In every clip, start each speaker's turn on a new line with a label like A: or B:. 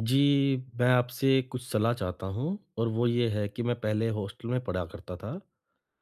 A: जी, मैं आपसे कुछ सलाह चाहता हूँ और वो ये है कि मैं पहले हॉस्टल में पढ़ा करता था,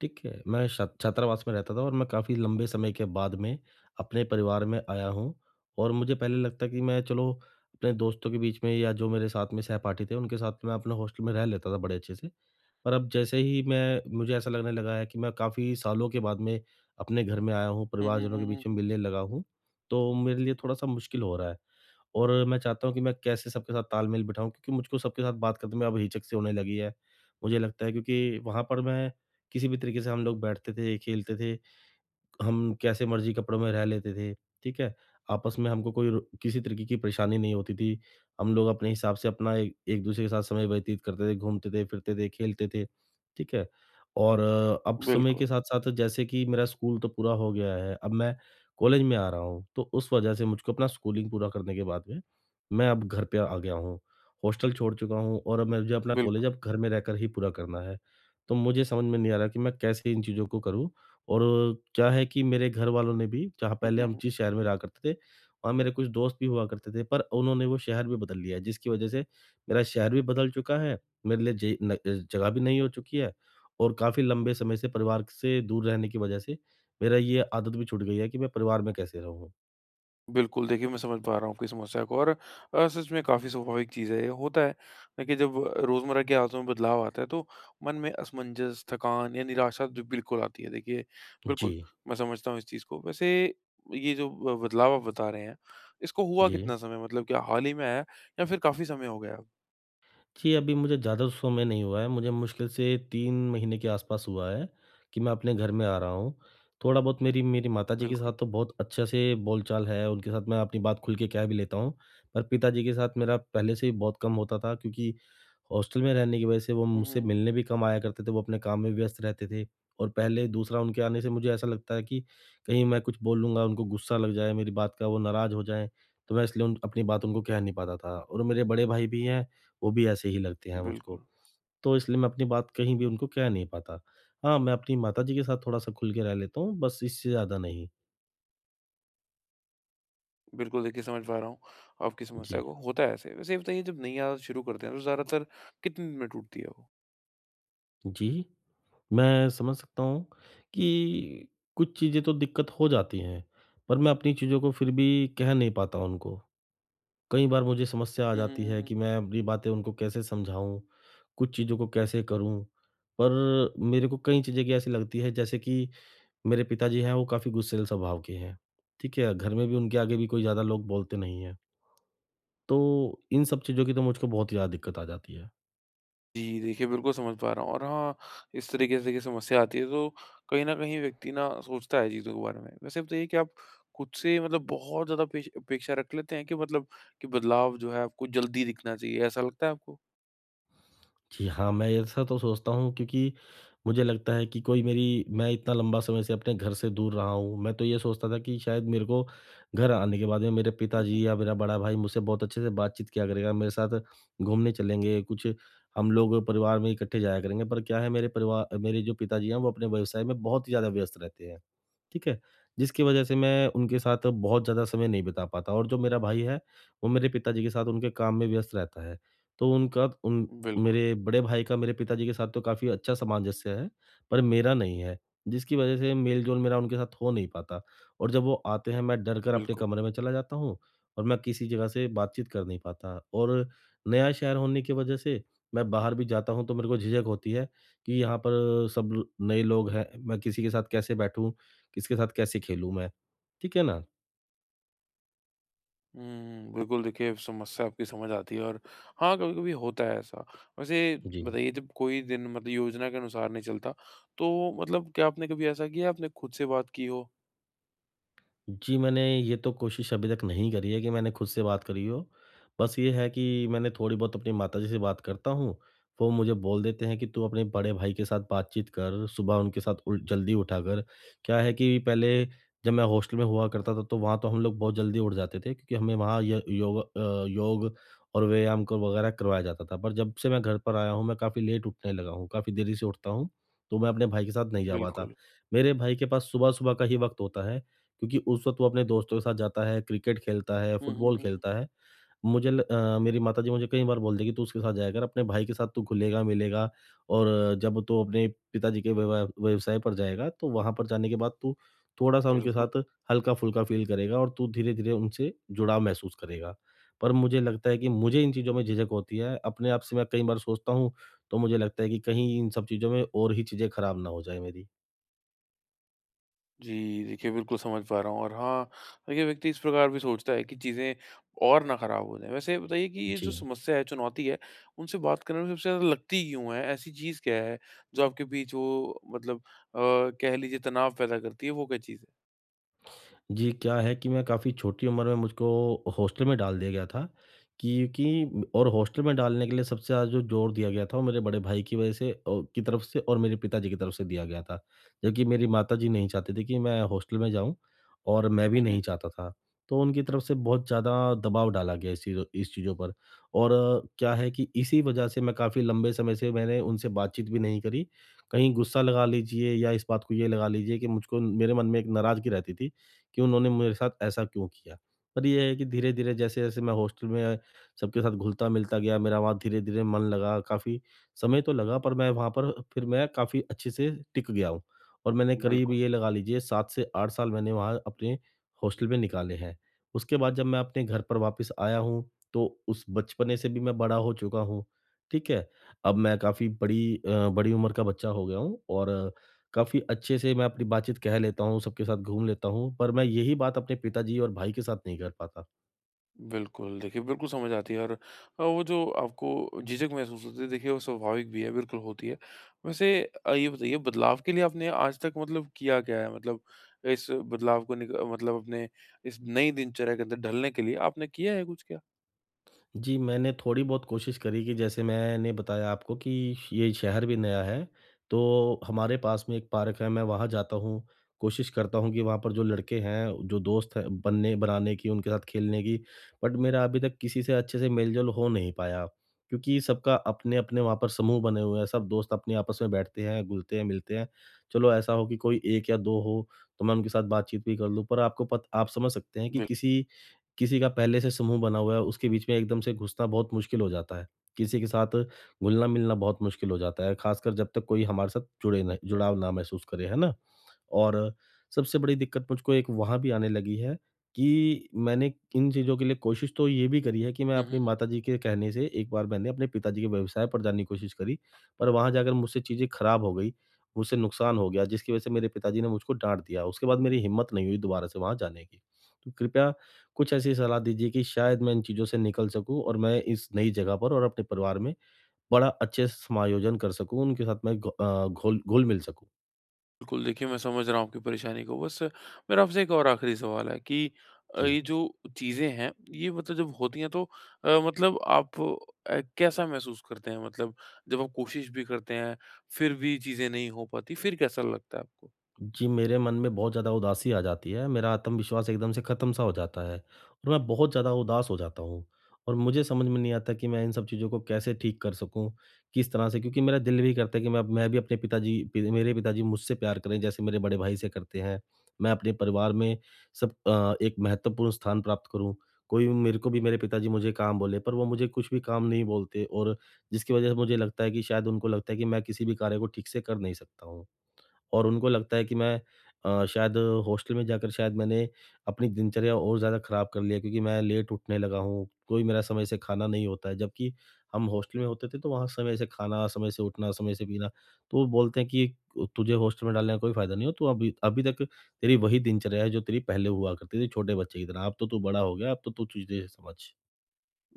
A: ठीक है? मैं छा छात्रावास में रहता था और मैं काफ़ी लंबे समय के बाद में अपने परिवार में आया हूँ। और मुझे पहले लगता कि मैं चलो अपने दोस्तों के बीच में या जो मेरे साथ में सहपाठी थे, उनके साथ मैं अपने हॉस्टल में रह लेता था बड़े अच्छे से। पर अब जैसे ही मैं मुझे ऐसा लगने लगा है कि मैं काफ़ी सालों के बाद में अपने घर में आया हूँ,
B: हुँ, हुँ,
A: परिवारजनों के
B: हुँ, हुँ,
A: बीच में
B: हुँ।
A: मिलने लगा हूँ, तो मेरे लिए थोड़ा-सा मुश्किल हो रहा है। और मैं चाहता हूँ कि मैं कैसे सबके साथ तालमेल बिठाऊँ क्योंकि मुझको सबके साथ बात करने में अब हिचक-सी होने लगी है। मुझे लगता है क्योंकि वहाँ पर मैं किसी भी तरीके से हम लोग बैठते थे, खेलते थे, हम कैसे मर्ज़ी कपड़ों में रह लेते थे, ठीक है? आपस में हमको कोई र किसी तरीके की परेशानी नहीं होती थी। हम लोग अपने हिसाब से अपना ए एक-दूसरे के साथ समय व्यतीत करते थे, घूमते थे, फिरते थे, खेलते थे, ठीक है? और अब समय
B: बिल्कुल,
A: के साथ-साथ जैसे कि मेरा स्कूल तो पूरा हो गया है, अब मैं कॉलेज में आ रहा हूँ, तो उस वजह से मुझको अपना स्कूलिंग पूरा करने के बाद में, मैं अब घर पे आ गया हूँ। हॉस्टल छोड़ चुका हूँ और अब मुझे अपना
B: बिल्कुल।
A: कॉलेज अब घर में रहकर ही पूरा करना है। तो मुझे समझ में नहीं आ रहा कि मैं कैसे इन चीज़ों को करूँ और क्या है कि मेरे घर वालों ने भी जहाँ
B: हुँ,
A: पहले
B: हुँ,
A: हम
B: हुँ।
A: जिस शहर में रहा करते थे, वहाँ मेरे कुछ दोस्त भी हुआ करते थे, पर उन्होंने वो शहर भी बदल लिया है, जिसकी वजह से मेरा शहर भी बदल चुका है, मेरे लिए जे न जगह भी नहीं हो चुकी है और काफ़ी लंबे समय से परिवार से दूर रहने की वजह से, मेरा ये आदत भी छूट गई है कि मैं परिवार में कैसे रहूँ।
B: बिल्कुल, देखिए मैं समझ पा रहा हूँ आपकी समस्या को और सच में काफ़ी स्वाभाविक चीज़ है ये, होता है। देखिए जब रोज़मर्रा की आदतों में बदलाव आता है तो मन में असमंजस, थकान या निराशा जो बिल्कुल आती है। देखिए
A: जी,
B: बिल्कुल, मैं समझता हूँ इस चीज़ को। वैसे ये जो ब बदलाव आप बता रहे हैं, इसको हुआ
A: जी।
B: कितना समय मतलब क्या हाल ही में आया या फिर काफ़ी समय हो गया?
A: जी, अभी मुझे ज़्यादा समय नहीं हुआ है, मुझे मुश्किल से 3 महीने के आसपास हुआ है कि मैं अपने घर में आ रहा हूँ। थोड़ा बहुत मेरी मेरी माताजी के
B: बिल्कुल।
A: साथ तो बहुत अच्छे से बोलचाल है, उनके साथ मैं अपनी बात खुल के कह भी लेता हूँ, पर पिताजी के साथ मेरा पहले से ही बहुत कम होता था क्योंकि हॉस्टल में रहने की वजह से वो
B: हुँ, हुँ,
A: मुझसे
B: हुँ।
A: मिलने भी कम आया करते थे, वो अपने काम में व्यस्त रहते थे। और पहले दूसरा उनके आने से मुझे ऐसा लगता है कि कहीं मैं कुछ बोल लूँगा, उनको गुस्सा लग जाए, मेरी बात का वो नाराज़ हो जाएँ, तो मैं इसलिए उन अपनी बात उनको कह नहीं पाता था। और मेरे बड़े भाई भी हैं, वो भी ऐसे ही लगते हैं मुझको।
B: बिल्कुल।
A: तो इसलिए मैं अपनी बात कहीं भी उनको कह नहीं पाता। हाँ, मैं अपनी माताजी के साथ थोड़ा-सा खुल के रह लेता हूँ, बस इससे ज़्यादा नहीं।
B: बिल्कुल, देखिए समझ पा रहा हूँ आपकी समस्या
A: जी।
B: को, होता है ऐसे। वैसे ये बताइए जब नई आदत शुरू करते हैं तो ज़्यादातर कितने दिन में टूटती है वो?
A: जी, मैं समझ सकता हूँ कि कुछ चीज़ें तो दिक्कत हो जाती हैं, पर मैं अपनी चीज़ों को फिर भी कह नहीं पाता उनको। कई बार मुझे समस्या आ
B: हुँ, हुँ,
A: जाती
B: हुँ,
A: है
B: हुँ।
A: कि मैं अपनी बातें उनको कैसे समझाऊँ, कुछ चीज़ों को कैसे करूँ। पर मेरे को कई चीज़ें की ऐसी लगती है जैसे कि मेरे पिताजी हैं वो काफ़ी गुस्सैल स्वभाव के हैं, ठीक है? घर में भी उनके आगे भी कोई ज़्यादा लोग बोलते नहीं हैं। तो इन सब चीज़ों की तो मुझको बहुत ज़्यादा दिक्कत आ जाती है।
B: जी, देखिए बिल्कुल समझ पा रहा हूँ और हाँ, इस तरीके से देखिए समस्या आती है तो कहीं न कहीं व्यक्ति ना सोचता है चीज़ों के बारे में। वैसे बताइए कि आप खुद से मतलब बहुत ज़्यादा पेश अपेक्षा रख लेते हैं कि मतलब कि बदलाव जो है आपको जल्दी दिखना चाहिए, ऐसा लगता है आपको?
A: जी हाँ, मैं ऐसा तो सोचता हूँ क्योंकि मुझे लगता है कि कोई मेरी मैं इतना लंबा समय से अपने घर से दूर रहा हूँ। मैं तो ये सोचता था कि शायद मेरे को घर आने के बाद में मेरे
B: हुँ, हुँ।
A: पिताजी या मेरा बड़ा भाई मुझसे बहुत अच्छे से बातचीत किया करेगा, मेरे साथ घूमने चलेंगे, कुछ हम लोग परिवार में इकट्ठे जाया करेंगे। पर क्या है, मेरे जो पिताजी हैं वो अपने व्यवसाय में बहुत ही ज़्यादा व्यस्त रहते हैं। ठीक है? जिसकी वजह से मैं उनके साथ बहुत ज़्यादा समय नहीं बिता पाता और जो मेरा भाई है, वो मेरे पिताजी के साथ उनके काम में व्यस्त रहता है। तो उनका उन
B: बिल्कुल,
A: मेरे बड़े भाई का मेरे पिताजी के साथ तो काफ़ी अच्छा सामंजस्य है, पर मेरा नहीं है, जिसकी वजह से मेल-जोल मेरा उनके साथ हो नहीं पाता और जब वो आते हैं, मैं डर कर अपने
B: बिल्कुल।
A: कमरे में चला जाता हूँ और मैं किसी जगह से बातचीत कर नहीं पाता और नया शहर होने की वजह से मैं बाहर भी जाता हूँ, तो मेरे को झिझक होती है कि यहाँ पर सब नए लोग हैं, मैं किसी के साथ कैसे बैठूँ? किसके साथ कैसे खेलूँ मैं? ठीक है ना?
B: हुँ, बिल्कुल देखिए समस्या आपकी समझ आती है और हाँ, कभी-कभी होता है ऐसा। वैसे
A: जी।
B: बताइए जब कोई दिन मतलब योजना के अनुसार नहीं चलता, तो मतलब क्या आपने कभी ऐसा किया है आपने खुद से बात की हो?
A: जी, मैंने ये तो कोशिश अभी तक नहीं करी है कि मैंने खुद से बात करी हो। बस ये है कि मैंने थोड़ी बहुत अपनी माताजी से बात करता हूँ, वो मुझे बोल देते हैं कि तू अपने बड़े भाई के साथ बातचीत कर, सुबह उनके साथ उल जल्दी उठा कर। क्या है कि पहले जब मैं हॉस्टल में हुआ करता था, तो वहाँ तो हम लोग बहुत जल्दी उठ जाते थे क्योंकि हमें वहाँ योग और व्यायाम को वगैरह करवाया जाता था। पर जब से मैं घर पर आया हूँ, मैं काफ़ी लेट उठने लगा हूँ, काफ़ी देरी से उठता हूँ, तो मैं अपने भाई के साथ नहीं जा पाता।
B: बिल्कुल।
A: मेरे भाई के पास सुबह-सुबह का ही वक़्त होता है। क्योंकि उस वक़्त वो अपने दोस्तों के साथ जाता है, क्रिकेट खेलता है,
B: हुँ, हुँ,
A: फुटबॉल
B: हुँ, हुँ,
A: खेलता है। मेरी माताजी मुझे कई बार बोलती है कि तू उसके साथ जाया कर, अपने भाई के साथ तू घुलेगा, मिलेगा और जब तू अपने पिताजी के व्यवसाय पर जाएगा, तो वहाँ पर जाने के बाद तू थोड़ा-सा उनके
B: बिल्कुल।
A: साथ हल्का-फुल्का फ़ील करेगा और तू धीरे-धीरे उनसे जुड़ाव महसूस करेगा। पर मुझे लगता है कि मुझे इन चीज़ों में झिझक होती है। अपने आप से मैं कई बार सोचता हूँ, तो मुझे लगता है कि कहीं इन सब चीज़ों में और ही चीज़ें खराब ना हो जाएँ मेरी।
B: जी, देखिए बिल्कुल समझ पा रहा हूँ और हाँ, देखिए व्यक्ति इस प्रकार भी सोचता है कि चीज़ें और ना खराब हो जाएँ। वैसे बताइए कि ये
A: जी।
B: जो समस्या है, चुनौती है, उनसे बात करने में सबसे ज़्यादा लगती क्यों है? ऐसी चीज़ क्या है जो आपके बीच वो मतलब अ, कह लीजिए तनाव पैदा करती है, वो क्या चीज़ है?
A: जी, क्या है कि मैं काफ़ी छोटी उम्र में मुझको हॉस्टल में डाल दिया गया था, क्योंकि और हॉस्टल में डालने के लिए सबसे ज़्यादा जो ज़ोर दिया गया था वो मेरे बड़े भाई की वजह से औ की तरफ से और मेरे पिताजी की तरफ से दिया गया था। जबकि मेरी माताजी नहीं चाहती थी कि मैं हॉस्टल में जाऊँ और मैं भी
B: हुँ,
A: नहीं
B: हुँ।
A: चाहता था। तो उनकी तरफ से बहुत ज़्यादा दबाव डाला गया इस चीज़ों पर। और क्या है कि इसी वजह से मैं काफ़ी लंबे समय से मैंने उनसे बातचीत भी नहीं करी। कहीं गुस्सा लगा लीजिए या इस बात को ये लगा लीजिए कि मुझको मेरे मन में एक नाराज़गी रहती थी कि उन्होंने मेरे साथ ऐसा क्यों किया? पर ये है कि धीरे-धीरे जैसे-जैसे मैं हॉस्टल में सबके साथ घुलता-मिलता गया, मेरा वहाँ धीरे-धीरे मन लगा, काफ़ी समय तो लगा पर मैं वहाँ पर फिर मैं काफ़ी अच्छे से टिक गया हूँ। और मैंने करीब
B: बिल्कुल,
A: ये लगा लीजिए 7 से 8 साल मैंने वहाँ अपने हॉस्टल में निकाले हैं। उसके बाद जब मैं अपने घर पर वापस आया हूँ, तो उस बचपने से भी मैं बड़ा हो चुका हूँ, ठीक है? अब मैं काफ़ी बड़ी उम्र का बच्चा हो गया हूँ और काफ़ी अच्छे से मैं अपनी बातचीत कह लेता हूँ, सबके साथ घूम लेता हूँ, पर मैं यही बात अपने पिताजी और भाई के साथ नहीं कर पाता।
B: बिल्कुल। देखिए, बिल्कुल समझ आती है और वो जो आपको झिझक महसूस होती है, देखिए वो स्वाभाविक भी है, बिल्कुल होती है। वैसे ये बताइए बदलाव के लिए आपने आज तक मतलब किया क्या है? मतलब इस बदलाव को निक मतलब अपने इस नई दिनचर्या के अंदर ढलने के लिए आपने किया है कुछ क्या?
A: जी, मैंने थोड़ी बहुत कोशिश करी कि जैसे मैंने बताया आपको कि ये शहर भी नया है, तो हमारे पास में एक पार्क है, मैं वहाँ जाता हूँ। कोशिश करता हूँ कि वहाँ पर जो लड़के हैं, जो दोस्त हैं बनने बनाने की, उनके साथ खेलने की, बट मेरा अभी तक किसी से अच्छे से मेल-जोल हो नहीं पाया। क्योंकि सबका अपने-अपने वहाँ पर समूह बने हुए हैं, सब दोस्त अपने आपस में बैठते हैं, घुलते हैं, मिलते हैं। चलो ऐसा हो कि कोई 1 या 2 हो, तो मैं उनके साथ बातचीत भी कर लूँ, पर आपको पत आप समझ सकते हैं कि
B: बिल
A: किसी किसी का पहले से समूह बना हुआ है, उसके बीच में एकदम से घुसना बहुत मुश्किल हो जाता है। किसी के साथ घुलना-मिलना बहुत मुश्किल हो जाता है, खासकर जब तक कोई हमारे साथ जुड़े ना जुड़ाव ना महसूस करे, है ना? और सबसे बड़ी दिक्कत मुझको एक वहाँ भी आने लगी है कि मैंने इन चीज़ों के लिए कोशिश तो ये भी करी है कि मैं
B: हुँ,
A: अपनी
B: हुँ।
A: माताजी के कहने से एक बार मैंने अपने पिताजी के व्यवसाय पर जाने की कोशिश करी, पर वहाँ जाकर मुझसे चीज़ें खराब हो गई, मुझसे नुकसान हो गया जिसकी वज़ह से मेरे पिताजी ने मुझको डाँट दिया। उसके बाद मेरी हिम्मत नहीं हुई दोबारा से वहाँ जाने की। तो कृपया कुछ ऐसी सलाह दीजिए कि शायद मैं इन चीज़ों से निकल सकूँ और मैं इस नई जगह पर और अपने परिवार में बड़ा अच्छे से समायोजन कर सकूँ, उनके साथ मैं घ अ, घोल घुल घुल-मिल सकूँ।
B: बिल्कुल, देखिए मैं समझ रहा हूँ आपकी परेशानी को। बस मेरा आपसे एक और आखिरी सवाल है कि
A: जी।
B: ये जो चीज़ें हैं, ये मतलब जब होती हैं तो मतलब आप कैसा महसूस करते हैं? मतलब जब आप कोशिश भी करते हैं, फिर भी चीज़ें नहीं हो पाती, फिर कैसा लगता है आपको?
A: जी, मेरे मन में बहुत ज़्यादा उदासी आ जाती है, मेरा आत्मविश्वास एकदम से ख़त्म-सा हो जाता है और मैं बहुत ज़्यादा उदास हो जाता हूँ और मुझे समझ में नहीं आता कि मैं इन सब चीज़ों को कैसे ठीक कर सकूँ, किस तरह से क्योंकि मेरा दिल भी करता है कि मैं भी अपने पिताजी पि मेरे पिताजी मुझसे प्यार करें जैसे मेरे बड़े भाई से करते हैं। मैं अपने परिवार में एक महत्वपूर्ण स्थान प्राप्त करूँ। कोई मेरे को भी मेरे पिताजी मुझे काम बोले, पर वो मुझे कुछ भी काम नहीं बोलते और जिसकी वज़ह से मुझे लगता है कि शायद उनको लगता है कि मैं किसी भी कार्य को ठीक से कर नहीं सकता हूँ। और उनको लगता है कि मैं शायद हॉस्टल में जाकर शायद मैंने अपनी दिनचर्या और ज़्यादा ख़राब कर लिया क्योंकि मैं लेट उठने लगा हूँ, कोई मेरा समय से खाना नहीं होता है। जबकि हम हॉस्टल में होते थे तो वहाँ समय से खाना, समय से उठना, समय से पीना, तो वो बोलते हैं कि तुझे हॉस्टल में डालने का कोई फ़ायदा नहीं है, तू अभी अभी तक तेरी वही दिनचर्या है जो तेरी पहले हुआ करती थी छोटे बच्चे की तरह, अब तो तू बड़ा हो गया, अब तो तू चीज़ें समझ।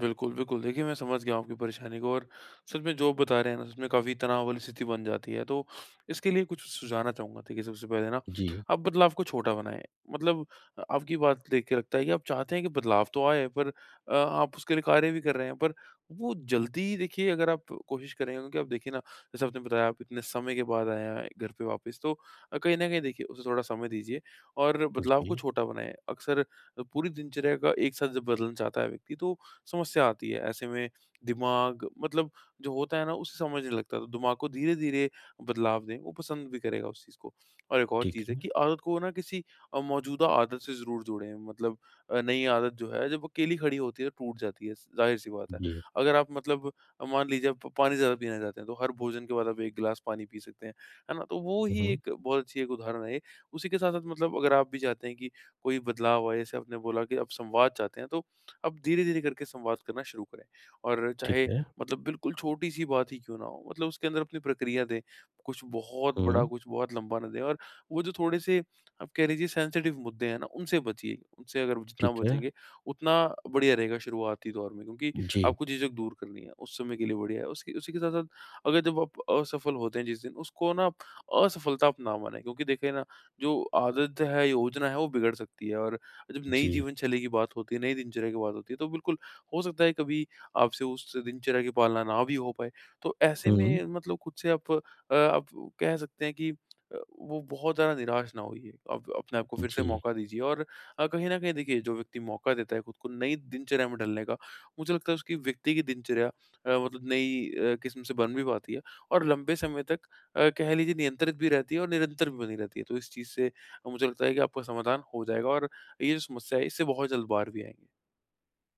B: बिल्कुल, बिल्कुल। देखिए, मैं समझ गया हूँ आपकी परेशानी को और सच में जो आप बता रहे हैं ना, सच में काफ़ी तनाव वाली स्थिति बन जाती है। तो इसके लिए कुछ सुझाना चाहूँगा। देखिए, सबसे पहले ना,
A: जी,
B: आप बदलाव को छोटा बनाएँ। मतलब आपकी बात देख के लगता है कि आप चाहते हैं कि बदलाव तो आए, पर आप उसके लिए कार्य भी कर रहे हैं, पर वो जल्दी देखिए, अगर आप कोशिश करेंगे क्योंकि आप देखिए ना, जैसे आपने बताया, आप इतने समय के बाद आए हैं घर पे वापस, तो कहीं न कहीं देखिए, उसे थोड़ा समय दीजिए और बदलाव को
A: जी,
B: छोटा बनाएँ। अक्सर पूरी दिनचर्या का एक साथ जब बदलना चाहता है व्यक्ति, तो समस्या आती है। ऐसे में दिमाग मतलब जो होता है ना उसे समझने लगता है, तो दिमाग को धीरे-धीरे बदलाव दें, वो पसंद भी करेगा उस चीज़ को। और एक और
A: ठीक
B: चीज़ है
A: है।
B: कि आदत को ना किसी मौजूदा आदत से ज़रूर जोड़ें, मतलब नई आदत जो है जब अकेली खड़ी होती है तो टूट जाती है, ज़ाहिर-सी बात है।
A: जी।
B: अगर आप मतलब मान लीजिए आप पानी ज़्यादा पीना चाहते हैं, तो हर भोजन के बाद आप 1 गिलास पानी पी सकते हैं, है ना? तो वो ही
A: हुँ,
B: एक बहुत अच्छी एक उदाहरण है ये। उसी के साथ-साथ मतलब अगर आप भी चाहते हैं कि कोई बदलाव आए, जैसे आपने बोला कि आप संवाद चाहते हैं, तो अब धीरे-धीरे करके संवाद करना शुरू करें और
A: ठीक
B: चाहे
A: है।
B: मतलब बिल्कुल छोटी-सी बात ही क्यों ना हो, मतलब उसके अंदर अपनी प्रक्रिया दें। कुछ बहुत बड़ा,
A: हुँ,
B: कुछ बहुत लंबा ना दें और वो जो थोड़े से आप कह लीजिए सेंसिटिव मुद्दे हैं ना, उनसे बचिए। उनसे अगर जितना
A: ठीक है।
B: बचेंगे, उतना बढ़िया रहेगा शुरुआती दौर में क्योंकि
A: जी,
B: आपको झिझक दूर करनी है, उस समय के लिए बढ़िया है। उसके उसी के साथ-साथ अगर जब आप असफल होते हैं जिस दिन, उसको ना आप असफलता आप ना मानें क्योंकि देखिए ना, जो आदत है, योजना है, वो बिगड़ सकती है और जब नई
A: जी।
B: जीवनशैली की बात होती है, नई दिनचर्या की बात होती है, तो बिल्कुल हो सकता है कभी आपसे उस दिनचर्या की पालना ना भी हो पाए। तो ऐसे
A: हुँ,
B: में मतलब खुद से आप आप कह सकते हैं कि वो बहुत ज़्यादा निराश ना होइए। आप अपने आप को फिर से
A: जी।
B: मौका दीजिए और कहीं न कहीं देखिए जो व्यक्ति मौका देता है खुद को नई दिनचर्या में ढलने का, मुझे लगता है उसकी व्यक्ति की दिनचर्या मतलब नई किस्म से बन भी पाती है और लंबे समय तक कह लीजिए नियंत्रित भी रहती है और निरंतर भी बनी रहती है। तो इस चीज़ से मुझे लगता है कि आपका समाधान हो जाएगा और ये जो समस्या है इससे बहुत जल्द बाहर भी आएँगे।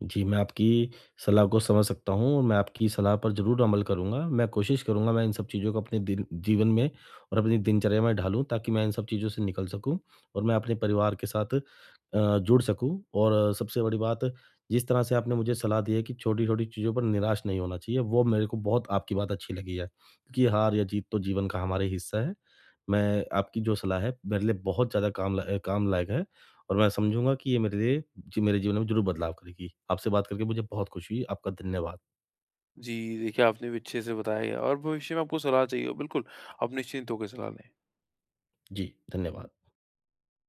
A: जी, मैं आपकी सलाह को समझ सकता हूँ और मैं आपकी सलाह पर ज़रूर अमल करूँगा। मैं कोशिश करूँगा मैं इन सब चीज़ों को अपने दिन जीवन में और अपनी दिनचर्या में ढालूँ ताकि मैं इन सब चीज़ों से निकल सकूँ और मैं अपने परिवार के साथ जुड़ सकूँ और सबसे बड़ी बात, जिस तरह से आपने मुझे सलाह दी है कि छोटी-छोटी चीज़ों पर निराश नहीं होना चाहिए, वो मेरे को बहुत आपकी बात अच्छी लगी है। क्योंकि हार या जीत तो जीवन का हमारे हिस्सा है। मैं आपकी जो सलाह है मेरे लिए बहुत ज़्यादा काम लायक है। और मैं समझूँगा कि ये मेरे लिए, जी, मेरे जीवन में ज़रूर बदलाव करेगी। आपसे बात करके मुझे बहुत खुशी हुई। आपका धन्यवाद।
B: जी, देखिए आपने भी अच्छे से बताया है और भविष्य में आपको सलाह चाहिए हो बिल्कुल, आप निश्चिंत होकर सलाह लें।
A: जी, धन्यवाद।